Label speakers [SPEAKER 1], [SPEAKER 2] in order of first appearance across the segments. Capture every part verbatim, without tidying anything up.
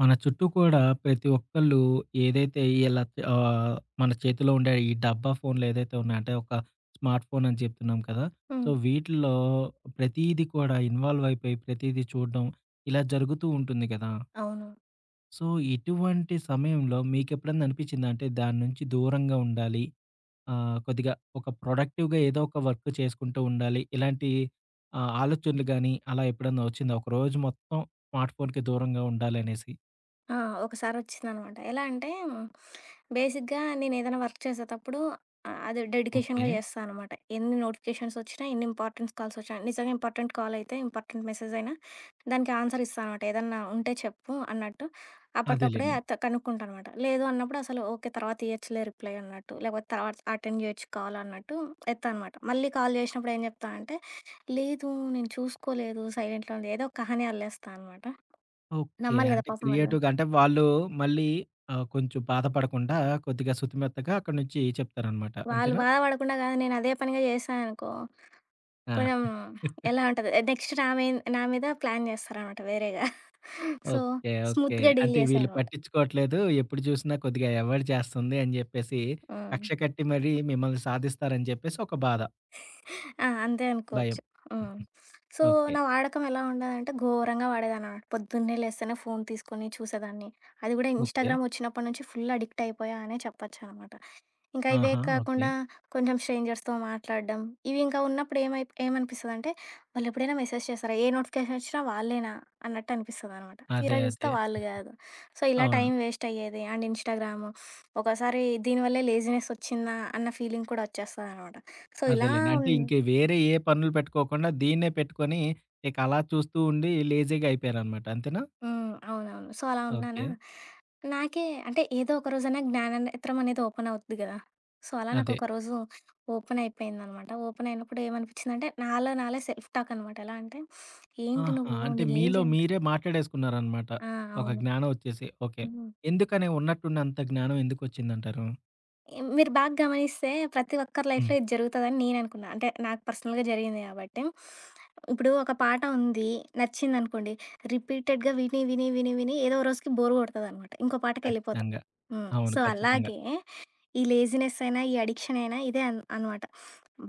[SPEAKER 1] మన చుట్టూ కూడా ప్రతి ఒక్కళ్ళు ఏదైతే ఇలా ఆహ్, మన చేతిలో ఉండే ఈ డబ్బా ఫోన్‌లు ఏదైతే ఉన్నాయో అంటే ఒక స్మార్ట్ ఫోన్ అని చెప్తున్నాం కదా! సో,
[SPEAKER 2] హ్మ్.
[SPEAKER 1] వీటిల్లో ప్రతీది కూడా ఇన్వాల్వ్ అయిపోయి ప్రతీది చూడడం ఇలా జరుగుతూ ఉంటుంది కదా!
[SPEAKER 2] అవును.
[SPEAKER 1] సో, ఇటువంటి సమయంలో మీకెప్పుడన్నా అనిపించిందా? అంటే దాని నుంచి దూరంగా ఉండాలి. ఆహ్, కొద్దిగా ఒక ప్రొడక్టివ్‌గా ఏదో ఒక వర్క్ చేసుకుంటూ ఉండాలి. ఇలాంటి ఆహ్, ఆలోచనలు గాని అలా ఎప్పుడన్నా వచ్చిందా? ఒక రోజు మొత్తం స్మార్ట్ ఫోన్‌కి దూరంగా ఉండాలనేసి.
[SPEAKER 2] ఆ! ఒకసారొచ్చిందనమాట. ఎలా అంటే బేసిక్‌గా నేనేదైనా వర్క్ చేసేటప్పుడు ఆహ్, అది
[SPEAKER 1] ఓకే.
[SPEAKER 2] డెడికేషన్‌గా చేస్తా అనమాట. ఎన్ని నోటిఫికేషన్సొచ్చినా, ఎన్ని ఇంపార్టెన్స్ కాల్సొచ్చినా, నిజంగా ఇంపార్టెంట్ కాలయితే, ఇంపార్టెంట్ మెసేజయినా దానికి ఆన్సర్ ఇస్తా అనమాట. ఏదన్నా ఉంటే చెప్పు అన్నట్టు. అప్పటికప్పుడే
[SPEAKER 1] అదేలెండి.
[SPEAKER 2] అత కనుక్కుంటా అనమాట. లేదు అన్నప్పుడు అసలు ఓకే. తర్వాత ఇయచ్చులే రిప్లై అన్నట్టు. లేకపోతే తర్వాత అటెండ్ చేయొచ్చు కాల్ అన్నట్టు ఎత్తా అనమాట. మళ్ళీ కాల్ చేసినప్పుడు ఏం చెప్తా అంటే, లేదు నేను చూసుకోలేదు, సైలెంట్‌లో ఉంది. ఏదో ఒక కహాని అల్లేస్తా అనమాట.
[SPEAKER 1] ఓకే.
[SPEAKER 2] నమ్మాలి గదా!
[SPEAKER 1] అంటే హ్మ్.
[SPEAKER 2] పాపం వాళ్ళు.
[SPEAKER 1] క్రియేటివ్‌గా అంటే వాళ్ళు మళ్ళీ ఆహ్, కొంచెం బాధపడకుండా కొద్దిగా సుతిమెత్తగా అక్కడి నుంచి చెప్తారనమాట.
[SPEAKER 2] వాళ్ళు
[SPEAKER 1] అంతేనా?
[SPEAKER 2] బాధపడకుండా గాదు నేనదే పనిగా జేశాననుకో,
[SPEAKER 1] ఆ!
[SPEAKER 2] కొంచెం ఎలా ఉంటది, నెక్స్ట్ నా మీ నా మీద ప్లాన్ జేస్తారనమాట వేరేగా. So,
[SPEAKER 1] okay. ఓకే.
[SPEAKER 2] స్మూత్‌గా డీల్
[SPEAKER 1] అంటే
[SPEAKER 2] జేశా
[SPEAKER 1] వీళ్ళు
[SPEAKER 2] అనమాట.
[SPEAKER 1] పట్టించుకోవట్లేదు. ఎప్పుడు చూసినా కొద్దిగా అవాయిడ్ చేస్తుంది అని జెప్పేసి
[SPEAKER 2] హ్మ్.
[SPEAKER 1] కక్ష కట్టి మరి మిమ్మల్ని సాధిస్తారని జెప్పేసి ఒక బాధ.
[SPEAKER 2] ఆ! అంతే
[SPEAKER 1] భయం.
[SPEAKER 2] అనుకోవచ్చు. హ్మ్. So,
[SPEAKER 1] okay.
[SPEAKER 2] నా వాడకం ఎలా ఉండేదంటే ఘోరంగా వాడేదాన్ననమాట. పొద్దున్నే లేస్తేనే ఫోను తీసుకొని చూసేదాన్ని. అది గూడా
[SPEAKER 1] ఓకే.
[SPEAKER 2] ఇన్‌స్టాగ్రామ్ ఒచ్చినప్పటి నుంచి ఫుల్ అడిక్ట్ అయిపోయా అనే చెప్పొచ్చనమాట. ఇంకా ఇవే
[SPEAKER 1] ఆహా! ఓకే.
[SPEAKER 2] కాకుండా కొంచెం స్ట్రేంజర్స్‌తో మాట్లాడడం, ఇవి ఇంకా ఉన్నప్పుడు ఏమై ఏమనిపిస్తదంటే, వాళ్ళెప్పుడైనా మెసేజ్ చేస్తారా? ఏ నోటిఫికేషన్ వచ్చినా వాళ్ళేనా అన్నట్టు అనిపిస్తదనమాట.
[SPEAKER 1] అదే.
[SPEAKER 2] తీరా చూస్తే
[SPEAKER 1] అదే.
[SPEAKER 2] వాళ్ళు కాదు. సో, ఇలా
[SPEAKER 1] అవును.
[SPEAKER 2] టైం వేస్ట్ అయ్యేది. అండ్ ఇన్‌స్టాగ్రాము, ఒకసారి దీనివల్లే లేజినెస్ వచ్చిందా అన్న ఫీలింగ్ కూడా వచ్చేస్తదనమాట. సో, ఇలా
[SPEAKER 1] అదేలెండి. అంటే
[SPEAKER 2] ఉన్
[SPEAKER 1] ఇంక వేరే ఏ పనులు పెట్టుకోకుండా దీన్నే పెట్టుకొని ఇక అలా చూస్తూ ఉండి లేజీగా అయిపోయారనమాట. అంతేనా?
[SPEAKER 2] హ్మ్. అవునవును. సో, అలా ఉన్నానా,
[SPEAKER 1] ఓకే.
[SPEAKER 2] నాకే అంటే ఏదో ఒక రోజైనా జ్ఞాననేత్రం అనేది ఓపెన్ అవుద్ది గదా! సో, అలా
[SPEAKER 1] అదే.
[SPEAKER 2] నాకొక రోజు ఓపెన్ అయిపోయిందనమాట. ఓపెన్ అయినప్పుడు ఏమనిపిచ్చిందంటే, నాలో నాలే సెల్ఫ్ టాక్ అనమాట. ఎలా అంటే, ఏంటి
[SPEAKER 1] ఆహా!
[SPEAKER 2] నువ్వు?
[SPEAKER 1] అంటే
[SPEAKER 2] నీ ఏజ్
[SPEAKER 1] మీలో
[SPEAKER 2] ఎంత?
[SPEAKER 1] మీరే మాట్లాడేసుకున్నారనమాట.
[SPEAKER 2] ఆ!
[SPEAKER 1] ఒక
[SPEAKER 2] అవును.
[SPEAKER 1] జ్ఞానం ఒచ్చేసి. ఓకే.
[SPEAKER 2] హ్మ్.
[SPEAKER 1] ఎందుకని ఉన్నట్టుండి అంత జ్ఞానం ఎందుకొచ్చిందంటారు?
[SPEAKER 2] మీరు బాగా గమనిస్తే ప్రతి ఒక్కరి
[SPEAKER 1] హ్మ్.
[SPEAKER 2] లైఫ్‌లో ఇది జరుగుతదని నేననుకున్నా. అంటే నాకు పర్సనల్‌గా జరిగింది కాబట్టి. ఇప్పుడు ఒక పాట ఉంది. నచ్చిందనుకోండి. రిపీటెడ్‌గా విని, విని, విని, విని ఏదో ఓ రోజుకి బోర్ కొడతదనమాట. ఇంకో పాటకెళ్ళిపోతాం.
[SPEAKER 1] ఖచ్చితంగా.
[SPEAKER 2] హ్మ్.
[SPEAKER 1] అవును.
[SPEAKER 2] సో,
[SPEAKER 1] ఖచ్చితంగా.
[SPEAKER 2] అలాగే ఈ లేజినెస్ అయినా, ఈ అడిక్షన్ అయినా ఇదే అన్ అనమాట.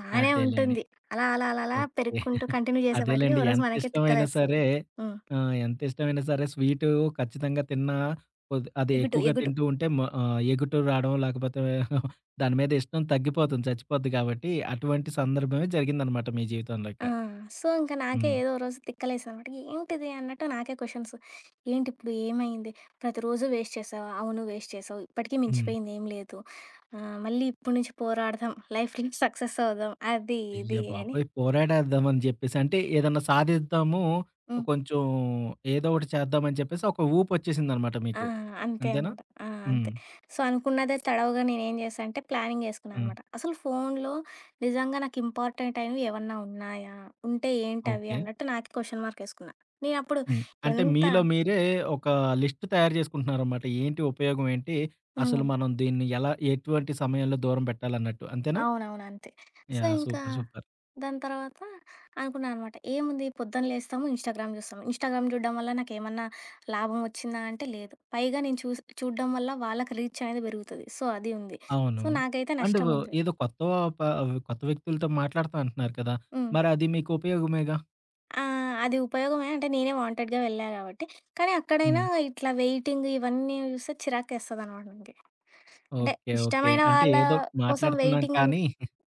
[SPEAKER 2] బానే
[SPEAKER 1] అదేలెండి.
[SPEAKER 2] ఉంటుంది. అలా, అలా, అలా, అలా
[SPEAKER 1] ఓకే.
[SPEAKER 2] పెరుగుకుంటూ కంటిన్యూ చేసేపాటికి
[SPEAKER 1] అదేలెండి.
[SPEAKER 2] ఓ రోజు
[SPEAKER 1] ఎంత
[SPEAKER 2] మనకే
[SPEAKER 1] ఇష్టమైనా
[SPEAKER 2] తిక్కలేస్తది.
[SPEAKER 1] సరే
[SPEAKER 2] హ్మ్.
[SPEAKER 1] ఆహ్, ఎంత ఇష్టమైనా సరే స్వీటు ఖచ్చితంగా తిన్నా కొద్ అది
[SPEAKER 2] ఎగుటు,
[SPEAKER 1] ఎక్కువగా
[SPEAKER 2] ఎగుటు.
[SPEAKER 1] తింటూ ఉంటే మ ఆహ్, ఎగుటు రావడం లేకపోతే దాని మీద ఇష్టం తగ్గిపోతుంది. చచ్చిపోద్ది కాబట్టి అటువంటి సందర్భమే జరిగిందనమాట మీ జీవితంలో ఇక.
[SPEAKER 2] ఆ! సో, ఇంక నాకే
[SPEAKER 1] హ్మ్.
[SPEAKER 2] ఏదో ఓ రోజు తిక్కలేసిందనమాట. ఏంటిది అన్నట్టు నాకే క్వెషన్స్. ఏంటిప్పుడు ఏమైంది? ప్రతిరోజు వేస్ట్ చేసావా? అవును వేస్ట్ చేసావు. ఇప్పటికి
[SPEAKER 1] హ్మ్.
[SPEAKER 2] మించిపోయింది ఏం లేదు. ఆహ్, మళ్ళీ ఇప్పటి నుంచి పోరాడదాం. లైఫ్‌లో సక్సెస్ అవుదాం. అది
[SPEAKER 1] అయ్య
[SPEAKER 2] ఇది అని
[SPEAKER 1] బాబోయ్! పోరాడేద్దాం అని జెప్పేసి అంటే ఏదన్నా సాధిద్దాము,
[SPEAKER 2] హ్మ్.
[SPEAKER 1] కొంచెం ఏదో ఒకటి చేద్దాం అని చెప్పేసి ఒక ఊపొచ్చేసిందనమాట
[SPEAKER 2] ఆ!
[SPEAKER 1] మీకు.
[SPEAKER 2] అంతే
[SPEAKER 1] అంతేనా?
[SPEAKER 2] అనమాట. ఆ! అంతే.
[SPEAKER 1] హ్మ్.
[SPEAKER 2] సో, అనుకున్నదే తడవుగా నేనేం చేశా అంటే ప్లానింగ్ చేసుకున్నా
[SPEAKER 1] హ్మ్.
[SPEAKER 2] అనమాట. అసలు ఫోనులో నిజంగా నాకు ఇంపార్టెంట్ అయినవి ఏవన్నా ఉన్నాయా? ఉంటే ఏంటవి
[SPEAKER 1] ఓకే.
[SPEAKER 2] అన్నట్టు నాకే క్వెషన్ మార్క్ ఏసుకున్నా. నేనప్పుడు
[SPEAKER 1] హ్మ్. అంటే
[SPEAKER 2] ఎంత
[SPEAKER 1] మీలో మీరే ఒక లిస్ట్ తయారు జేసుకుంటున్నారనమాట. ఏంటి ఉపయోగం ఏంటి? అసలు
[SPEAKER 2] హ్మ్.
[SPEAKER 1] మనం దీన్ని ఎలా ఎటువంటి సమయంలో దూరం పెట్టాలన్నట్టు. అంతేనా?
[SPEAKER 2] అవునవును. అంతే. So,
[SPEAKER 1] yeah!
[SPEAKER 2] ఇంకా
[SPEAKER 1] సూపర్. సూపర్.
[SPEAKER 2] దాని తర్వాత అనుకున్నాననమాట. ఏముంది పొద్దున లేస్తాము, ఇన్‌స్టాగ్రామ్ జూస్తాము. ఇన్‌స్టాగ్రామ్ జూడడం వల్ల నాకేమన్నా లాభం వచ్చిందా అంటే లేదు. పైగా నేను చూసి చూడడం వల్ల వాళ్ళకి రీచ్ అనేది పెరుగుతది. సో, అది ఉంది.
[SPEAKER 1] అవును.
[SPEAKER 2] సో, నాకైతే
[SPEAKER 1] అండ్ వ్
[SPEAKER 2] నష్టం ఉంది.
[SPEAKER 1] ఏదో కొత్త ప కొత్త వ్యక్తులతో మాట్లాడతా అంటున్నారు కదా!
[SPEAKER 2] హ్మ్.
[SPEAKER 1] మరి అది మీకు ఉపయోగమేగా?
[SPEAKER 2] ఆహ్, అది ఉపయోగమే అంటే నేనే వాంటెడ్‌గా వెళ్ళా గాబట్టి. కానీ అక్కడైనా
[SPEAKER 1] హ్మ్.
[SPEAKER 2] ఇట్లా వెయిటింగ్ ఇవన్నీ చూస్తే చిరాకేస్తదనమాట నాకి. అంటే
[SPEAKER 1] ఓకే. ఓకే.
[SPEAKER 2] ఇష్టమైన
[SPEAKER 1] అంటే
[SPEAKER 2] వాళ్ళ
[SPEAKER 1] ఏదో
[SPEAKER 2] కోసం
[SPEAKER 1] మాట్లాడుతున్నాను
[SPEAKER 2] వెయిటింగ్ అని
[SPEAKER 1] కానీ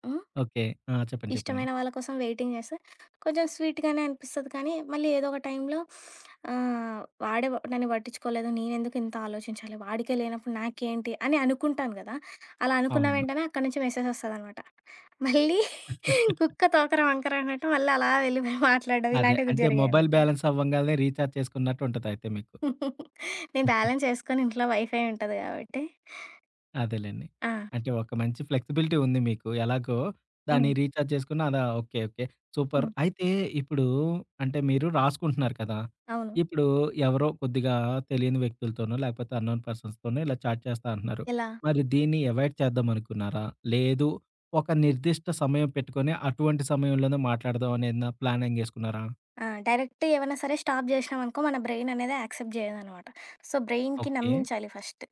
[SPEAKER 2] హ్మ్.
[SPEAKER 1] ఓకే. ఆ! చెప్పండి. చెప్పండి.
[SPEAKER 2] ఇష్టమైన వాళ్ళ కోసం వెయిటింగ్ చేస్తే కొంచెం స్వీట్‌గానే అనిపిస్తది కానీ, మళ్ళీ ఏదో ఒక టైంలో ఆహ్, వాడే వ- నన్ను పట్టించుకోలేదు. నేనెందుకు ఇంత ఆలోచించాలి? వాడికే లేనప్పుడు నాకేంటి? అని అనుకుంటాను కదా! అలా అనుకున్న
[SPEAKER 1] అవును.
[SPEAKER 2] వెంటనే అక్కడి నుంచి మెసేజ్ వస్తదనమాట. మళ్ళీ కుక్క తోకర వంకర అన్నట్టు మళ్ళీ అలా వెళ్ళిపోయి మాట్లాడడం
[SPEAKER 1] అదే.
[SPEAKER 2] ఇలాంటివి
[SPEAKER 1] అంటే మొబైల్
[SPEAKER 2] జరిగాయనమాట.
[SPEAKER 1] బ్యాలెన్స్ అవ్వంగాల్నే రీచార్జ్ చేసుకున్నట్టు ఉంటదయితే మీకు.
[SPEAKER 2] నేను బ్యాలెన్స్ చేసుకొని ఇంట్లో వైఫై ఉంటది కాబట్టి
[SPEAKER 1] అదేలెండి.
[SPEAKER 2] ఆ!
[SPEAKER 1] అంటే ఒక మంచి ఫ్లెక్సిబిలిటీ ఉంది మీకు. ఎలాగో దాన్ని
[SPEAKER 2] హ్మ్.
[SPEAKER 1] రీచార్జ్ చేసుకున్న అదా ఓకే. ఓకే. సూపర్.
[SPEAKER 2] హ్మ్.
[SPEAKER 1] అయితే ఇప్పుడు అంటే మీరు రాసుకుంటున్నారు కదా!
[SPEAKER 2] అవును.
[SPEAKER 1] ఇప్పుడు ఎవరో కొద్దిగా తెలియని వ్యక్తులతోనో, లేకపోతే అన్నోన్ పర్సన్స్‌తోనో ఇలా చాట్ చేస్తా అంటున్నారు.
[SPEAKER 2] ఎలా?
[SPEAKER 1] మరి దీన్ని అవాయిడ్ చేద్దాం అనుకున్నారా? లేదు ఒక నిర్దిష్ట సమయం పెట్టుకొని అటువంటి సమయంలోనే మాట్లాడదాం అనేనా ప్లానింగ్ యేసుకున్నారా?
[SPEAKER 2] ఆ! డైరెక్ట్ ఏవన్నా సరే స్టాప్ జేసినామనుకో మన బ్రెయిన్ అనేది యాక్సెప్ట్ జేయదనమాట. సో, బ్రెయిన్‌కి
[SPEAKER 1] ఓకే.
[SPEAKER 2] నమ్మించాలి ఫస్ట్.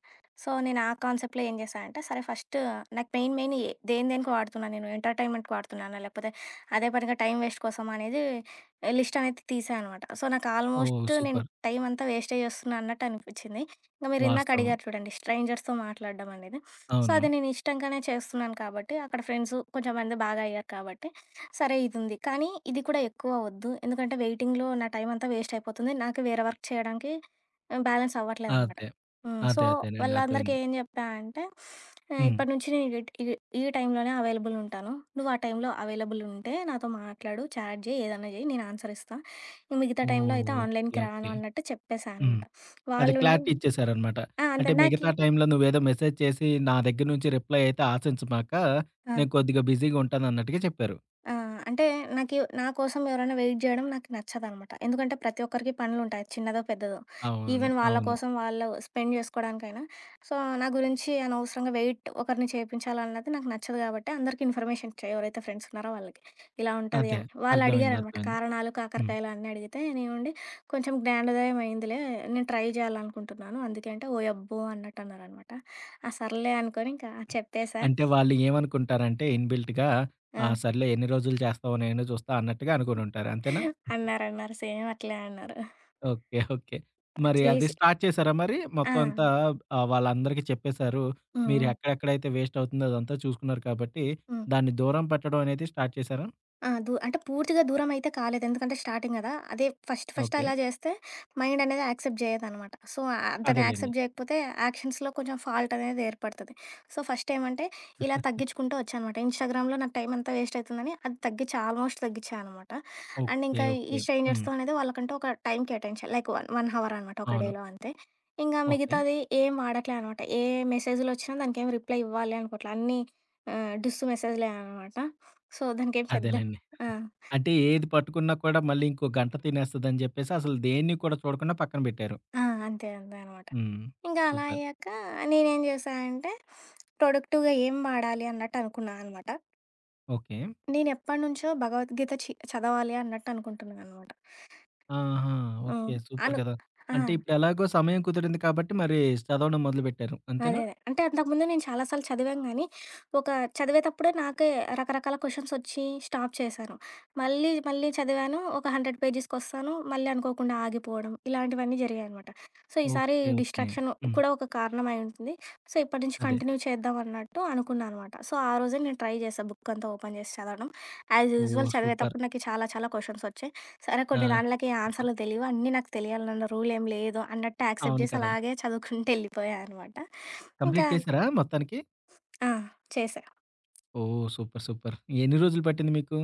[SPEAKER 2] సో, నేను ఆ కాన్సెప్ట్‌లో ఏం జేశా అంటే, సరే ఫస్ట్ నాకు మెయిన్ మెయిన్ ఏ దేని దేనికి వాడుతున్నా నేను ఎంటర్‌టైన్‌మెంట్‌కి వాడుతున్నానా? లేకపోతే అదే పనిగా టైం వేస్ట్ కోసమా? అనేది లిస్ట్ అనేది తీసా అనమాట. సో, నాకు
[SPEAKER 1] ఓహ్!
[SPEAKER 2] ఆల్మోస్ట్ నేను
[SPEAKER 1] సూపర్.
[SPEAKER 2] టైం అంతా వేస్టే జేస్తున్నా అన్నట్టు అనిపిచ్చింది. ఇంక మీరు ఇందాక
[SPEAKER 1] వాస్తవం.
[SPEAKER 2] అడిగారు చూడండి స్ట్రేంజర్స్‌తో మాట్లాడడం అనేది. సో,
[SPEAKER 1] అవును.
[SPEAKER 2] అది నేను ఇష్టంగానే చేస్తున్నాను కాబట్టి, అక్కడ ఫ్రెండ్సు కొంచెం మంది బాగా అయ్యారు కాబట్టి, సరే ఇదుంది. కానీ ఇది కూడా ఎక్కువ వద్దు. ఎందుకంటే వెయిటింగ్‌లో నా టైం అంతా వేస్ట్ అయిపోతుంది. నాకు వేరే వర్క్ చేయడానికి ఆహ్, బ్యాలెన్స్ అవ్వట్లేదనమాట.
[SPEAKER 1] అదే.
[SPEAKER 2] హ్మ్. సో,
[SPEAKER 1] అదే. అదేనండి.
[SPEAKER 2] వాళ్ళందరికీ
[SPEAKER 1] అర్థమైంది.
[SPEAKER 2] ఏం జెప్పా అంటే ఆహ్,
[SPEAKER 1] హ్మ్.
[SPEAKER 2] ఇప్పటి నుంచి నేను ఈ ట్ ఈ ఈ టైంలోనే అవైలబుల్ ఉంటాను. నువ్వు ఆ టైంలో అవైలబుల్ ఉంటే నాతో మాట్లాడు, చాట్ జెయి, ఏదన్నా జెయి నేను ఆన్సర్ ఇస్తా. మిగతా టైంలో అయితే
[SPEAKER 1] ఓహ్! ఓకే.
[SPEAKER 2] ఆన్‌లైన్‌కి
[SPEAKER 1] ఓకే.
[SPEAKER 2] రాను అన్నట్టు చెప్పేసా
[SPEAKER 1] హ్మ్.
[SPEAKER 2] అనమాట.
[SPEAKER 1] అదే
[SPEAKER 2] వాళ్ళుండి
[SPEAKER 1] క్లారిటీ ఇచ్చేసారనమాట.
[SPEAKER 2] ఆ! అంతే
[SPEAKER 1] అంటే
[SPEAKER 2] నాకి
[SPEAKER 1] మిగతా టైంలో నువ్వేదో మెసేజ్ చేసి నా దగ్గర నుంచి రిప్లై అయితే ఆశించమాక,
[SPEAKER 2] ఆ!
[SPEAKER 1] నేను కొద్దిగా బిజీగా ఉంటానన్నట్టుగా చెప్పారు.
[SPEAKER 2] ఆ! అంటే నాకి నా కోసం ఎవరైనా వెయిట్ జేయడం నాకు నచ్చదనమాట. ఎందుకంటే ప్రతి ఒక్కరికి పనులుంటాయి. చిన్నదో, పెద్దదో.
[SPEAKER 1] అవును.
[SPEAKER 2] ఈవెన్ వాళ్ళ
[SPEAKER 1] అవును.
[SPEAKER 2] కోసం వాళ్ళు స్పెండ్ జేసుకోవడానికైనా. సో, నా గురించి అనవసరంగా వెయిట్ ఒకరిని చేపించాలన్నది నాకు నచ్చదు గాబట్టి అందరికీ ఇన్ఫర్మేషన్ ఇచ్చా. ఎవరైతే ఫ్రెండ్స్ ఉన్నారో వాళ్ళకి. ఇలా ఉంటది
[SPEAKER 1] అదే.
[SPEAKER 2] అని.
[SPEAKER 1] అర్థమైంది.
[SPEAKER 2] వాళ్ళడిగారనమాట.
[SPEAKER 1] అర్థమైంది.
[SPEAKER 2] కారణాలు,
[SPEAKER 1] హ్మ్.
[SPEAKER 2] కాకరకాయలు అన్నీ అడిగితే నేనుండి కొంచెం జ్ఞానోదయం అయిందిలే. నేను ట్రై జేయాలనుకుంటున్నాను. అందుకే అంటే ఓయబ్బో! అన్నట్టన్నారనమాట. ఆ! సర్లే అనుకోని ఇంకా చెప్పేసా.
[SPEAKER 1] అంటే వాళ్ళు ఏమనుకుంటారంటే ఇన్‌బిల్ట్‌గా
[SPEAKER 2] ఆ!
[SPEAKER 1] ఆ! సర్లే ఎన్ని రోజులు చేస్తావు నేను చూస్తా అన్నట్టుగా అనుకోనుంటారు. అంతేనా?
[SPEAKER 2] అన్నారన్నారు. సేమ్ అట్లే అన్నారు.
[SPEAKER 1] ఓకే. ఓకే. మరి అది
[SPEAKER 2] చేసి
[SPEAKER 1] స్టార్ట్ చేసారా మరి?
[SPEAKER 2] ఆ!
[SPEAKER 1] మొత్తం
[SPEAKER 2] హ్మ్.
[SPEAKER 1] అంతా ఆహ్, వాళ్ళందరికీ చెప్పేసారు. మీరు
[SPEAKER 2] హ్మ్.
[SPEAKER 1] ఎక్కడెక్కడైతే వేస్ట్ అవుతుందో అదంతా చూసుకున్నారు కాబట్టి,
[SPEAKER 2] హ్మ్.
[SPEAKER 1] దాన్ని దూరం పెట్టడం అనేది స్టార్ట్ చేసారా?
[SPEAKER 2] ఆ! దూ అంటే పూర్తిగా దూరమైతే కాలేదు. ఎందుకంటే స్టార్టింగ్ గదా! అదే ఫస్ట్ ఫస్ట్
[SPEAKER 1] ఓకే.
[SPEAKER 2] అలా జేస్తే మైండ్ అనేది యాక్సెప్ట్ జేయదనమాట. సో, ఆహ్, దాన్ని
[SPEAKER 1] అదేలెండి.
[SPEAKER 2] యాక్సెప్ట్ జేయకపోతే యాక్షన్స్‌లో కొంచెం ఫాల్ట్ అనేది ఏర్పడతది. సో, ఫస్ట్ ఏమంటే ఇలా తగ్గించుకుంటూ వచ్చా అనమాట. ఇన్‌స్టాగ్రామ్‌లో నాకు టైం అంతా వేస్ట్ అవుతుందని అది తగ్గించా. ఆల్మోస్ట్ తగ్గించా అనమాట. And
[SPEAKER 1] okay.
[SPEAKER 2] ఇంకా
[SPEAKER 1] ఓకే.
[SPEAKER 2] ఈ
[SPEAKER 1] హ్మ్.
[SPEAKER 2] స్ట్రేంజర్స్‌తో అనేది వాళ్ళకంటూ ఒక టైం కేటాయించా. లైక్ ఒక, ఒక హవర్ అనమాట ఒక
[SPEAKER 1] అవును.
[SPEAKER 2] డేలో అంతే. ఇంగా
[SPEAKER 1] ఓకే.
[SPEAKER 2] మిగతాది ఏం వాడట్లే అనమాట. ఏ మెసేజ్‌లొచ్చినా దానికేం రిప్లై ఇవ్వాలి అనుకోట్లే. అన్నీ ఆహ్, డిస్సు మెసేజ్‌లే అనమాట. సో, దానికేం పెద్ద
[SPEAKER 1] అదేలెండి.
[SPEAKER 2] ఆ!
[SPEAKER 1] అంటే ఏది పట్టుకున్నా కూడా మళ్ళీ ఇంకో గంట తినేస్తదని జెప్పేసి అసలు దేన్ని కూడా చూడకుండా పక్కన బెట్టారు.
[SPEAKER 2] ఆ! అంతే. అంతే అనమాట.
[SPEAKER 1] హ్మ్.
[SPEAKER 2] ఇంకా అలా
[SPEAKER 1] సూపర్.
[SPEAKER 2] అయ్యాక నేనేం చేశా అంటే, ప్రొడక్టివ్‌గా ఏం వాడాలి అన్నట్టు అనుకున్నా అనమాట.
[SPEAKER 1] ఓకే.
[SPEAKER 2] నేనెప్పటినుంచో భగవద్గీత చి చదవాలి అన్నట్టు అనుకుంటున్నాననమాట.
[SPEAKER 1] ఆహా! ఓకే.
[SPEAKER 2] హ్మ్.
[SPEAKER 1] సూపర్
[SPEAKER 2] అను
[SPEAKER 1] కదా!
[SPEAKER 2] ఆ!
[SPEAKER 1] అంటే ఇప్పుడెలాగో సమయం కుదిరింది కాబట్టి మరి చదవడం మొదలుబెట్టారు.
[SPEAKER 2] అదే.
[SPEAKER 1] అంతేనా?
[SPEAKER 2] అదే. అంటే అంతకుముందు నేను చాలా సార్లు చదివాను గానీ, ఒక చదివేతప్పుడే నాకే రకరకాల క్వెషన్సొచ్చి స్టాప్ చేశాను. మళ్ళీ, మళ్ళీ చదివాను. ఒక వంద పేజెస్‌కొస్తాను. మళ్ళీ అనుకోకుండా ఆగిపోవడం. ఇలాంటివన్నీ జరిగాయనమాట. సో, ఈసారి
[SPEAKER 1] ఓకే. ఓకే.
[SPEAKER 2] డిస్ట్రాక్షన్
[SPEAKER 1] హ్మ్.
[SPEAKER 2] కూడా ఒక కారణం అయుంటుంది. సో, ఇప్పటి నుంచి
[SPEAKER 1] అదే.
[SPEAKER 2] కంటిన్యూ చేద్దాం అన్నట్టు అనుకున్నా అనమాట. సో, ఆ రోజే నేను ట్రై చేశా బుక్కంతా ఓపెన్ చేసి చదవడం. As usual
[SPEAKER 1] oh! సూపర్.
[SPEAKER 2] చదివేతప్పుడు నాకు చాలా చాలా క్వెషన్సొచ్చాయి. సరే కొన్ని
[SPEAKER 1] ఆ!
[SPEAKER 2] దాంట్లకి ఆన్సర్‌లు తెలీవు. అన్నీ నాకు తెలియాలన్న రూలేం లేదు అన్నట్టు యాక్సెప్ట్
[SPEAKER 1] అవును
[SPEAKER 2] జేసి
[SPEAKER 1] కదా!
[SPEAKER 2] అలాగే చదువుకుంటూ ఎళ్ళిపోయా అనమాట. ఇంకా
[SPEAKER 1] కంప్లీట్
[SPEAKER 2] ఓకే.
[SPEAKER 1] చేసారా మొత్తానికి?
[SPEAKER 2] ఆ! చేశా.
[SPEAKER 1] ఓహ్! సూపర్. సూపర్. ఎన్ని రోజులు పట్టింది మీకు?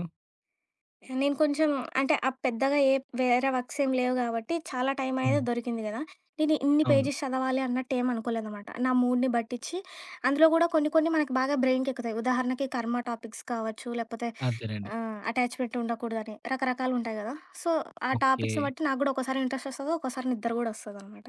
[SPEAKER 2] నేను కొంచెం అంటే అప్ పెద్దగా ఏ వేరే వర్క్స్ ఏం లేవు గాబట్టి చాలా టైం అనేది
[SPEAKER 1] హ్మ్.
[SPEAKER 2] దొరికింది గదా! నేను ఇన్ని
[SPEAKER 1] అవును.
[SPEAKER 2] పేజెస్ చదవాలి అన్నట్టు ఏం అనుకోలేదనమాట. నా మూడ్‌ని బట్టిచ్చి అందులో గూడా కొన్ని కొన్ని మనకి బాగా బ్రెయిన్‌కెక్కుతాయి. ఉదాహరణకి కర్మ టాపిక్స్ కావచ్చు లేకపోతే
[SPEAKER 1] అదేనండి.
[SPEAKER 2] ఆ! అటాచ్‌మెంట్ ఉండకూడదని. రకరకాలుంటాయి గదా! సో, ఆ
[SPEAKER 1] ఓకే.
[SPEAKER 2] టాపిక్స్‌ని బట్టి నాకు గూడా ఒక్కోసారి ఇంట్రెస్ట్ ఒస్తది. ఒక్కోసారి నిద్ర గూడా ఒస్తదనమాట.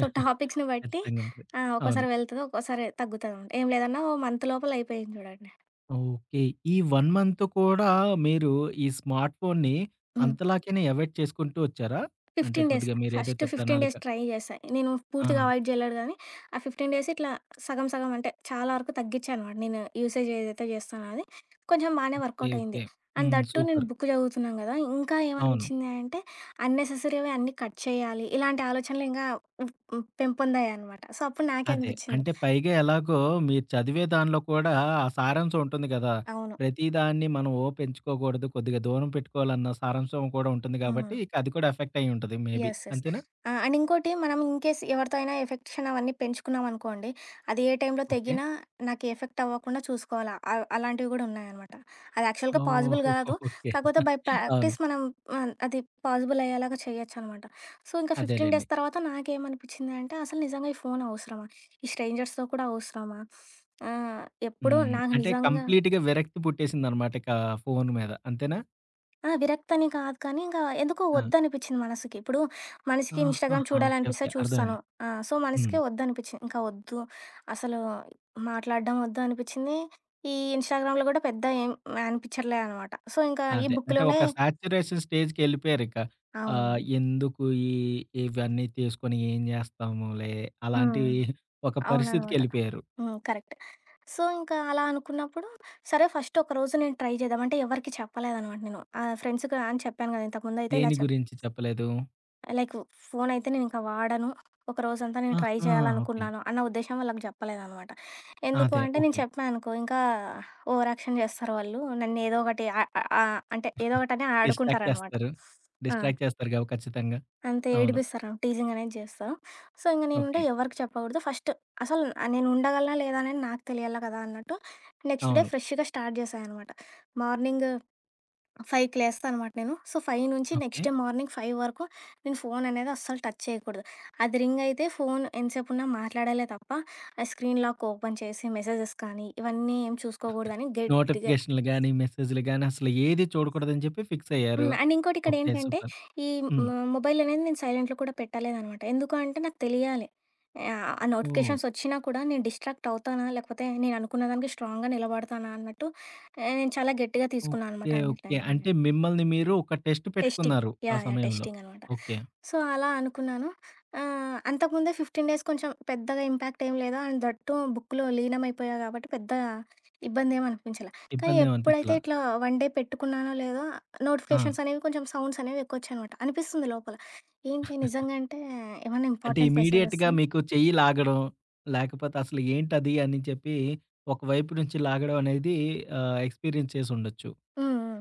[SPEAKER 2] సో, టాపిక్స్‌ని బట్టి
[SPEAKER 1] ఖచ్చితంగా ఉంటది.
[SPEAKER 2] ఆహ్,
[SPEAKER 1] అవును.
[SPEAKER 2] ఒక్కోసారి వెళ్తది. ఒక్కోసారి తగ్గుతదనమాట. ఏం లేదన్నా ఓ మంత్ లోపల అయిపోయింది చూడండి.
[SPEAKER 1] ఓకే. ఈ ఒక మంత్ కూడా మీరు ఈ స్మార్ట్ ఫోన్‌ని
[SPEAKER 2] హ్మ్.
[SPEAKER 1] అంతలాగానే అవాయిడ్ చేసుకుంటూ వచ్చారా? అంటే
[SPEAKER 2] పదిహేను డేస్.
[SPEAKER 1] కొద్దిగా మీరు
[SPEAKER 2] ఫస్ట్
[SPEAKER 1] ఏదైతే
[SPEAKER 2] పదిహేను
[SPEAKER 1] ప్రణాళిక
[SPEAKER 2] డేస్ ట్రై జేశా. నేను
[SPEAKER 1] ఆ!
[SPEAKER 2] పూర్తిగా అవాయిడ్ జేయలేదు గానీ, ఆ పదిహేను డేస్ ఇట్లా సగం సగం అంటే చాలా వరకు తగ్గిచ్చానమాట నేను యూసేజ్ ఏదైతే జేస్తానో అది. కొంచెం బానే
[SPEAKER 1] ఓకే.
[SPEAKER 2] వర్కౌట్ అయింది.
[SPEAKER 1] ఓకే.
[SPEAKER 2] And
[SPEAKER 1] hmm.
[SPEAKER 2] దట్ నేను
[SPEAKER 1] సూపర్.
[SPEAKER 2] బుక్ జదువుతున్నాను గదా! ఇంకా
[SPEAKER 1] అవును.
[SPEAKER 2] ఏమనిపిచ్చింది అంటే అన్నెసెసరీవి అన్నీ కట్ చేయాలి. ఇలాంటి ఆలోచనలు ఇంకా హ్మ్, హ్మ్, పెంపొందాయనమాట. సో, అప్పుడు నాకే
[SPEAKER 1] అదే.
[SPEAKER 2] అనిపిచ్చింది.
[SPEAKER 1] అంటే పైగా ఎలాగో మీరు చదివే దానిలో కూడా ఆ సారాంశం ఉంటుంది గదా!
[SPEAKER 2] అవును.
[SPEAKER 1] ప్రతిదాన్ని మనం ఓ పెంచుకోకూడదు, కొద్దిగా దూరం పెట్టుకోవాలన్న సారాంశం కూడా ఉంటుంది
[SPEAKER 2] హ్మ్.
[SPEAKER 1] గాబట్టి, ఇక అది కూడా ఎఫెక్ట్ అయ్యి ఉంటది మేబీ.
[SPEAKER 2] యెస్. యెస్.
[SPEAKER 1] అంతేనా?
[SPEAKER 2] ఆ! అండ్ ఇంకోటి మనం ఇన్‌కేస్ ఎవరితో అయినా ఎఫెక్షన్ అవన్నీ పెంచుకున్నాం అనుకోండి, అది ఏ టైంలో
[SPEAKER 1] ఓకే.
[SPEAKER 2] తెగినా నాకు ఎఫెక్ట్ అవ్వకుండా చూసుకోవాలా. అవ్ అలాంటివి గూడా ఉన్నాయనమాట. అది యాక్చువల్‌గా పాజిబుల్
[SPEAKER 1] ఓహోహో!
[SPEAKER 2] గాదు.
[SPEAKER 1] ఓకే.
[SPEAKER 2] కాకపోతే బై
[SPEAKER 1] అవును.
[SPEAKER 2] ప్రాక్టీస్ మనం ఆహ్, అది పాజిబుల్ అయ్యేలాగా చేయొచ్చనమాట. సో, ఇంకా పదిహేను
[SPEAKER 1] అదేలెండి.
[SPEAKER 2] డేస్ తర్వాత నాకేమనిపిచ్చింది అంటే, అసలు నిజంగా ఈ ఫోను అవసరమా? ఈ స్ట్రేంజర్స్‌తో కూడా అవసరమా? ఆహ్, ఎప్పుడు
[SPEAKER 1] హ్మ్.
[SPEAKER 2] నాకు
[SPEAKER 1] అంటే
[SPEAKER 2] నిజంగా
[SPEAKER 1] కంప్లీట్‌గా విరక్తి పుట్టేసిందనమాట ఇక ఫోను మీద. అంతేనా?
[SPEAKER 2] ఆ! విరక్తని కాదు కానీ, ఇంకా ఎందుకో
[SPEAKER 1] ఆ!
[SPEAKER 2] వద్దనిపిచ్చింది మనసుకి. ఇప్పుడు మనిషికి ఇన్‌స్టాగ్రామ్
[SPEAKER 1] ఆహాహా! ఓకే.
[SPEAKER 2] చూడాలనిపిస్తే
[SPEAKER 1] ఓకే.
[SPEAKER 2] చూస్తాను.
[SPEAKER 1] అర్థమైంది.
[SPEAKER 2] ఆ! సో,
[SPEAKER 1] హ్మ్.
[SPEAKER 2] మనసుకే వద్దనిపిచ్చింది. ఇంకా వద్దు, అసలు మాట్లాడడం వద్దు అనిపిచ్చింది. ఈ ఇన్‌స్టాగ్రామ్‌లో గూడా పెద్ద ఏం అనిపిచ్చట్లే అనమాట. సో, ఇంకా ఈ
[SPEAKER 1] అదే. అంటే
[SPEAKER 2] బుక్‌లోనే
[SPEAKER 1] ఒక సాచ్యురేషన్ స్టేజ్‌కెళ్ళిపోయారిక. ఆహ్,
[SPEAKER 2] అవునవును.
[SPEAKER 1] ఎందుకు ఈ ఇవన్నీ తీసుకొని ఏం జేస్తాములే అలాంటి
[SPEAKER 2] హ్మ్.
[SPEAKER 1] ఒక
[SPEAKER 2] అవుననమాట.
[SPEAKER 1] పరిస్థితికెళ్ళిపోయారు.
[SPEAKER 2] హ్మ్. కరెక్ట్. సో, ఇంకా అలా అనుకున్నప్పుడు, సరే ఫస్ట్ ఒకరోజు నేను ట్రై చేద్దాం. అంటే ఎవరికీ చెప్పలేదనమాట నేను. ఆహ్, ఫ్రెండ్స్‌కి అని చెప్పాను గదా! ఇంతకుముందయితే ఇలా
[SPEAKER 1] దేని గురించి చెప్పలేదు.
[SPEAKER 2] లైక్ ఫోన్ అయితే నేనింక వాడను. ఒక రోజంతా నేను ట్రై
[SPEAKER 1] ఆహా! ఓకే.
[SPEAKER 2] చేయాలనుకున్నాను అన్న ఉద్దేశ్యం వాళ్ళకి చెప్పలేదనమాట. ఎందుకు
[SPEAKER 1] అదే.
[SPEAKER 2] అంటే నేను
[SPEAKER 1] ఓకే.
[SPEAKER 2] చెప్పా అనుకో ఇంకా ఓవర్ యాక్షన్ చేస్తారు వాళ్ళు. నన్నేదో ఒకటి ఆహ్, ఆహ్, అంటే ఏదో ఒకటని
[SPEAKER 1] డిస్ట్రాక్ట్
[SPEAKER 2] ఆడుకుంటారనమాట.
[SPEAKER 1] చేస్తారు.
[SPEAKER 2] ఆ!
[SPEAKER 1] డిస్ట్రాక్ట్ చేస్తారుగా ఖచ్చితంగా.
[SPEAKER 2] అంతే
[SPEAKER 1] అవును.
[SPEAKER 2] ఏడిపిస్తారు. టీజింగ్ అనేది చేస్తారు. సో, ఇంక నేనుండే
[SPEAKER 1] ఓకే.
[SPEAKER 2] ఎవరికీ చెప్పకూడదు. ఫస్ట్ అసలు నేను ఉండగలనా లేదా అనేది నాకు తెలియాల కదా అన్నట్టు నెక్స్ట్ డే
[SPEAKER 1] అవును.
[SPEAKER 2] ఫ్రెష్‌గా స్టార్ట్ చేశా అనమాట. మార్నింగ్ ఫైవ్‌కి లేస్తానమాట నేను. సో, ఐదు నుంచి
[SPEAKER 1] ఓకే.
[SPEAKER 2] నెక్స్ట్ డే మార్నింగ్ ఐదు వరకు నేను ఫోన్ అనేది అస్సలు టచ్ చేయకూడదు. అది రింగ్ అయితే ఫోన్ ఎంతసేపున్నా మాట్లాడాలే తప్ప, ఆ స్క్రీన్ లాక్ ఓపెన్ చేసి మెసేజెస్ కానీ, ఇవన్నీ ఏం చూసుకోకూడదని గట్టిగా
[SPEAKER 1] నోటిఫికేషన్‌లు గాని, మెసేజ్‌లు గాని అసలు ఏది చూడకూడదని చెప్పి ఫిక్స్ అయ్యారు.
[SPEAKER 2] హ్మ్. అండ్ ఇంకోటి ఇక్కడ
[SPEAKER 1] ఓకే.
[SPEAKER 2] ఏంటంటే,
[SPEAKER 1] సూపర్.
[SPEAKER 2] ఈ
[SPEAKER 1] హ్మ్.
[SPEAKER 2] మ మొబైల్ అనేది నేను సైలెంట్‌లో కూడా పెట్టలేదనమాట. ఎందుకు అంటే నాకు తెలియాలి. ఆహ్, ఆ
[SPEAKER 1] ఓహ్!
[SPEAKER 2] నోటిఫికేషన్స్ వచ్చినా కూడా నేను డిస్ట్రాక్ట్ అవుతానా? లేకపోతే నేను అనుకున్న దానికి స్ట్రాంగ్‌గా నిలబడతానా? అన్నట్టు ఆహ్, నేను చాలా గట్టిగా తీసుకున్నా
[SPEAKER 1] ఓకే.
[SPEAKER 2] అనమాట ఆ
[SPEAKER 1] ఓకే.
[SPEAKER 2] నిర్ణయాన్ని.
[SPEAKER 1] అంటే మిమ్మల్ని మీరు ఒక టెస్ట్
[SPEAKER 2] టెస్టింగ్.
[SPEAKER 1] పెట్టుకున్నారు ఆ
[SPEAKER 2] యాహ్! యాహ్!
[SPEAKER 1] సమయంలో.
[SPEAKER 2] టెస్టింగ్ అనమాట.
[SPEAKER 1] ఓకే.
[SPEAKER 2] సో, అలా అనుకున్నాను. ఆహ్, అంతకుముందే పదిహేను డేస్ కొంచెం పెద్దగా ఇంపాక్ట్ ఏం లేదు. అండ్ దట్ బుక్‌లో లీనమైపోయా కాబట్టి పెద్ద ఇబ్బందేం అనిపించలే. కానీ
[SPEAKER 1] ఇబ్బందేం
[SPEAKER 2] ఎప్పుడైతే
[SPEAKER 1] అనిపించలా.
[SPEAKER 2] ఇట్లా వన్ డే పెట్టుకున్నానో లేదో
[SPEAKER 1] ఆ!
[SPEAKER 2] నోటిఫికేషన్స్ అనేవి కొంచెం సౌండ్స్ అనేవి ఎక్కువొచ్చాయనమాట. అనిపిస్తుంది లోపల. ఏంటి నిజంగా అంటే ఏమన్నా
[SPEAKER 1] అంటే
[SPEAKER 2] ఇంపార్టెంట్
[SPEAKER 1] ఇమ్మీడియేట్‌గా
[SPEAKER 2] మెసేజెసా?
[SPEAKER 1] మీకు చెయ్యి లాగడం, లేకపోతే అసలు ఏంటది అని చెప్పి ఒక వైపు నుంచి లాగడం అనేది ఆహ్, ఎక్స్‌పీరియన్స్ చేసుండొచ్చు.
[SPEAKER 2] హ్మ్. హ్మ్.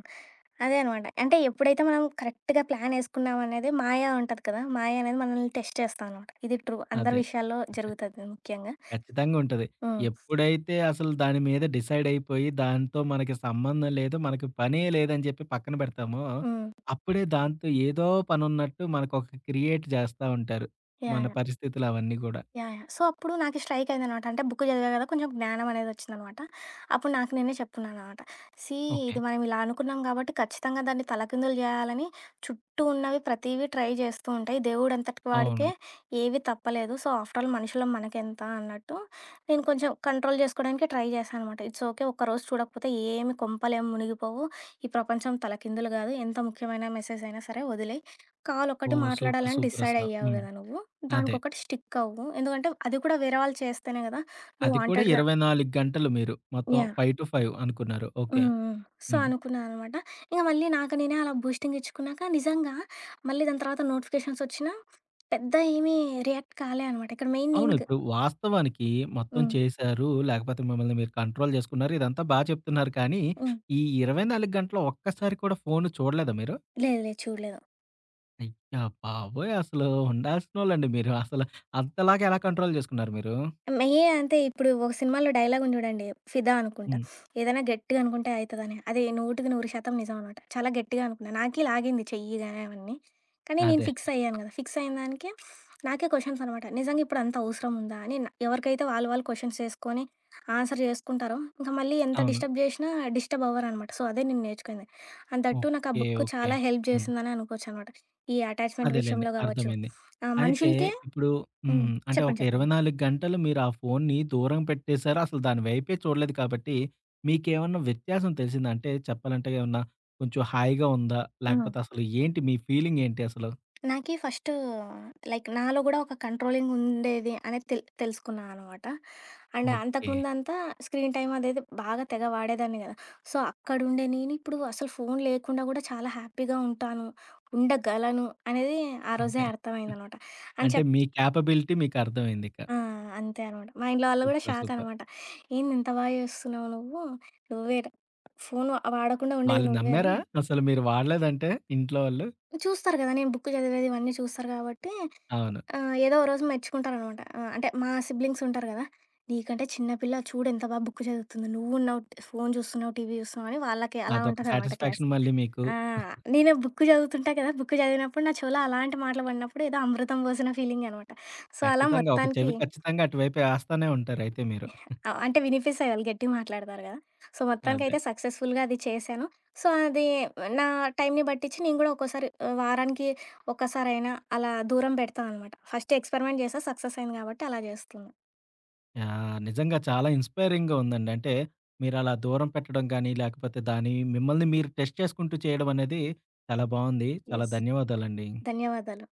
[SPEAKER 2] అదే అనమాట. అంటే ఎప్పుడైతే మనం కరెక్ట్‌గా ప్లాన్ ఏసుకున్నాం అనేది మాయ ఉంటది కదా! మాయ అనేది మనల్ని టెస్ట్ చేస్తాదనమాట. ఇది ట్రూ అందరి
[SPEAKER 1] అదే.
[SPEAKER 2] విషయాల్లో జరుగుతది ముఖ్యంగా.
[SPEAKER 1] ఖచ్చితంగా ఉంటది.
[SPEAKER 2] హ్మ్.
[SPEAKER 1] ఎప్పుడైతే అసలు దాని మీద డిసైడ్ అయిపోయి, దాంతో మనకి సంబంధం లేదు, మనకి పనే లేదని చెప్పి పక్కన పెడతామో,
[SPEAKER 2] హ్మ్.
[SPEAKER 1] అప్పుడే దాంతో ఏదో పనున్నట్టు మనకొక క్రియేట్ జేస్తా ఉంటారు.
[SPEAKER 2] యాహ్!
[SPEAKER 1] మన
[SPEAKER 2] యాహ్!
[SPEAKER 1] పరిస్థితులు అవన్నీ గూడా.
[SPEAKER 2] యాహ్! యాహ్! సో, అప్పుడు నాకు స్ట్రైక్ అయిందనమాట. అంటే బుక్ చదివా కదా! కొంచెం జ్ఞానం అనేది వచ్చిందనమాట. అప్పుడు నాకు నేనే చెప్పుకున్నాననమాట. See
[SPEAKER 1] okay.
[SPEAKER 2] ఇది మనం ఇలా అనుకున్నాం కాబట్టి ఖచ్చితంగా దాన్ని తలకిందులు చేయాలని చుట్టూ ఉన్నవి ప్రతీవి ట్రై చేస్తూ ఉంటాయి. దేవుడంతటి
[SPEAKER 1] అవును.
[SPEAKER 2] వాడికే ఏవి తప్పలేదు. సో, ఆఫ్టర్ ఆల్ మనుషులం మనకెంత అన్నట్టు నేను కొంచెం కంట్రోల్ చేసుకోవడానికి ట్రై చేశాను అనమాట. It's okay. ఒక్కరోజు చూడకపోతే ఏమి కొంపలేం మునిగిపోవు. ఈ ప్రపంచం తలకిందులు కాదు. ఎంత ముఖ్యమైన మెసేజ్ అయినా సరే వదిలేయి. కాల్ ఒకటి
[SPEAKER 1] ఓహ్! సూపర్.
[SPEAKER 2] మాట్లాడాలని
[SPEAKER 1] సూపర్
[SPEAKER 2] డిసైడ్
[SPEAKER 1] అసల.
[SPEAKER 2] అయ్యావు
[SPEAKER 1] హ్మ్.
[SPEAKER 2] గదా నువ్వు.
[SPEAKER 1] అదే.
[SPEAKER 2] దానికొకటి స్టిక్ అవ్వు. ఎందుకంటే అది కూడా వేరే వాళ్ళు చేస్తేనే గదా నువ్వు
[SPEAKER 1] అది కూడా
[SPEAKER 2] వాంటెడ్‌గా
[SPEAKER 1] ఇరవై నాలుగు గంటలు మీరు మొత్తం
[SPEAKER 2] యాహ్!
[SPEAKER 1] ఐదు ఐదు అనుకున్నారు. ఓకే.
[SPEAKER 2] హ్మ్. హ్మ్. సో,
[SPEAKER 1] హ్మ్.
[SPEAKER 2] అనుకున్నా అనమాట. ఇక మళ్ళీ నాకు నేనే అలా బూస్టింగ్ ఇచ్చుకున్నాక నిజంగా మళ్ళీ దాని తర్వాత నోటిఫికేషన్స్ వచ్చినా పెద్ద ఏమీ రియాక్ట్ కాలే అనమాట. ఇక్కడ మెయిన్
[SPEAKER 1] అవును.
[SPEAKER 2] నేను గ
[SPEAKER 1] ఇప్పుడు వాస్తవానికి మొత్తం
[SPEAKER 2] హ్మ్.
[SPEAKER 1] చేశారు. లేకపోతే మిమ్మల్ని మీరు కంట్రోల్ చేసుకున్నారు. ఇదంతా బా చెప్తున్నారు. కానీ
[SPEAKER 2] హ్మ్.
[SPEAKER 1] ఈ ఇరవై నాలుగు గంటల్లో ఒక్కసారి కూడా ఫోను చూడలేదా మీరు?
[SPEAKER 2] లేదు లేదు చూడలేదు.
[SPEAKER 1] అయ్య బాబోయ్! అసలు ఉండాల్సినోళ్ళండి మీరు. అసలు అంతలాగా ఎలా కంట్రోల్ చేసుకున్నారు మీరు?
[SPEAKER 2] మెయ్యే అంతే. ఇప్పుడు ఒక సినిమాలో డైలాగుంది జూడండి. 'ఫిదా' అనుకుంటా.
[SPEAKER 1] హ్మ్.
[SPEAKER 2] ఏదైనా గట్టిగా అనుకుంటే అయితదని. అది 100కి వంద శాతం నిజం అనమాట. చాలా గట్టిగా అనుకున్నా. నాకే లాగింది చెయ్యి గాని అవన్నీ. కానీ నేను
[SPEAKER 1] అదే.
[SPEAKER 2] ఫిక్స్ అయ్యాను గదా! ఫిక్స్ అయిన దానికి నాకే క్వెషన్స్ అనమాట. నిజంగా ఇప్పుడు అంత అవసరం ఉందా అని న ఎవరికైతే వాళ్ళు వాళ్ళు క్వెషన్స్ చేసుకొని ఆన్సర్ జేసుకుంటారో, ఇంక మళ్ళీ ఎంత
[SPEAKER 1] అవును.
[SPEAKER 2] డిస్టర్బ్ జేషినా డిస్టర్బ్ అవ్వరనమాట. సో, అదే నేను నేర్చుకుంది. అండ్ దట్ టూ నాకు ఆ
[SPEAKER 1] ఓకే.
[SPEAKER 2] Book
[SPEAKER 1] okay.
[SPEAKER 2] చాలా హెల్ప్
[SPEAKER 1] హ్మ్.
[SPEAKER 2] జేసిందనే అనుకోవచ్చనమాట. ఈ అటాచ్‌మెంట్
[SPEAKER 1] అదేలెండి.
[SPEAKER 2] విషయంలో గావచ్చు.
[SPEAKER 1] అర్థమైంది.
[SPEAKER 2] ఆహ్,
[SPEAKER 1] అయితే
[SPEAKER 2] మనుషులకే
[SPEAKER 1] ఇప్పుడు
[SPEAKER 2] హ్మ్.
[SPEAKER 1] హ్మ్. అంటే ఒక
[SPEAKER 2] చెప్పండి. చెప్పండి.
[SPEAKER 1] ఇరవై నాలుగు గంటలు మీరు ఆ ఫోన్‌ని దూరం పెట్టేసారు. అసలు దాని వైపే చూడలేదు కాబట్టి, మీకేమన్నా వ్యత్యాసం తెలిసిందా? అంటే చెప్పాలంటే ఏమన్నా కొంచెం హాయిగా ఉందా?
[SPEAKER 2] హ్మ్.
[SPEAKER 1] లేకపోతే అసలు ఏంటి మీ ఫీలింగ్ ఏంటి అసలు?
[SPEAKER 2] నాకి ఫస్ట్ లైక్ నాలో గూడా ఒక కంట్రోలింగ్ ఉండేది అనేది తెల్ తెలుసుకున్నా అనమాట. And
[SPEAKER 1] okay.
[SPEAKER 2] అంతకుముందంతా స్క్రీన్ టైమ్ అదేది బాగా తెగ వాడేదాన్ని గదా! సో, అక్కడుండే నేనిప్పుడు అసలు ఫోను లేకుండా గూడా చాలా హ్యాపీగా ఉంటాను, ఉండగలను అనేది ఆ రోజే
[SPEAKER 1] అదే.
[SPEAKER 2] అర్థమైందనమాట. అని
[SPEAKER 1] అంటే
[SPEAKER 2] చెప్
[SPEAKER 1] మీ కేపబిలిటీ మీకర్థమైందిక.
[SPEAKER 2] ఆ! అంతే అనమాట. మా ఇంట్లో వాళ్ళు గూడా
[SPEAKER 1] సూపర్.
[SPEAKER 2] Shock
[SPEAKER 1] super.
[SPEAKER 2] అనమాట. "ఏంది ఇంత బా చేస్తున్నావు నువ్వు? నువ్వే ర ఫోను వాడకుండా ఉండేది
[SPEAKER 1] వాళ్ళు
[SPEAKER 2] నువ్వేనా?"
[SPEAKER 1] నమ్మారా? అసలు మీరు వాడలేదంటే ఇంట్లో వాళ్ళు?
[SPEAKER 2] చూస్తారు గదా! నేను బుక్ చదివేది ఇవన్నీ చూస్తారు గాబట్టి
[SPEAKER 1] అవును.
[SPEAKER 2] ఆ! ఏదో ఓ రోజు మెచ్చుకుంటారనమాట. ఆ! అంటే మా సిబ్లింగ్స్ ఉంటారు గదా! "నీకంటే చిన్న పిల్ల చూడు ఎంత బా బుక్ చదువుతుంది. నువ్వున్నావు ఫోను చూస్తున్నావు, టీవీ చూస్తున్నావు" అని వాళ్ళకి అలా
[SPEAKER 1] అదొక
[SPEAKER 2] ఉంటదనమాట క్లాస్.
[SPEAKER 1] సాటిస్ఫాక్షన్ మళ్ళీ మీకు.
[SPEAKER 2] ఆ! నేను బుక్ చదువుతుంటా కదా! బుక్ చదివినప్పుడు నా చెవిలో అలాంటి మాటలు పడినప్పుడు ఏదో అమృతం పోసిన ఫీలింగ్ అనమాట. సో, అలా
[SPEAKER 1] ఖచ్చితంగా ఒక
[SPEAKER 2] మొత్తానికి
[SPEAKER 1] చెవి ఖచ్చితంగా అటువైపే ఏస్తానే ఉంటారు అయితే మీరు.
[SPEAKER 2] ఆహ్, అంటే వినిపిస్తాయి వాళ్ళు గట్టిగా మాట్లాడతారు గదా! సో,
[SPEAKER 1] అదే.
[SPEAKER 2] మొత్తానికైతే సక్సెస్‌ఫుల్‌గా అది చేశాను. సో, అది నా టైంని బట్టిచ్చి నేను గూడా ఒక్కోసారి ఆ, వారానికి ఒక్కసారైనా అలా దూరం పెడతా అనమాట. ఫస్ట్ ఎక్స్‌పెరిమెంట్ చేశా. సక్సెస్ అయింది కాబట్టి అలా చేస్తున్నా.
[SPEAKER 1] ఆ! నిజంగా చాలా ఇన్‌స్పైరింగ్‌గా ఉందండి. అంటే మీరలా దూరం పెట్టడం గానీ, లేకపోతే దాని మిమ్మల్ని మీరు టెస్ట్ చేసుకుంటూ చేయడం అనేది చాలా బావుంది. చాలా
[SPEAKER 2] యెస్.
[SPEAKER 1] ధన్యవాదాలండి.
[SPEAKER 2] ధన్యవాదాలు.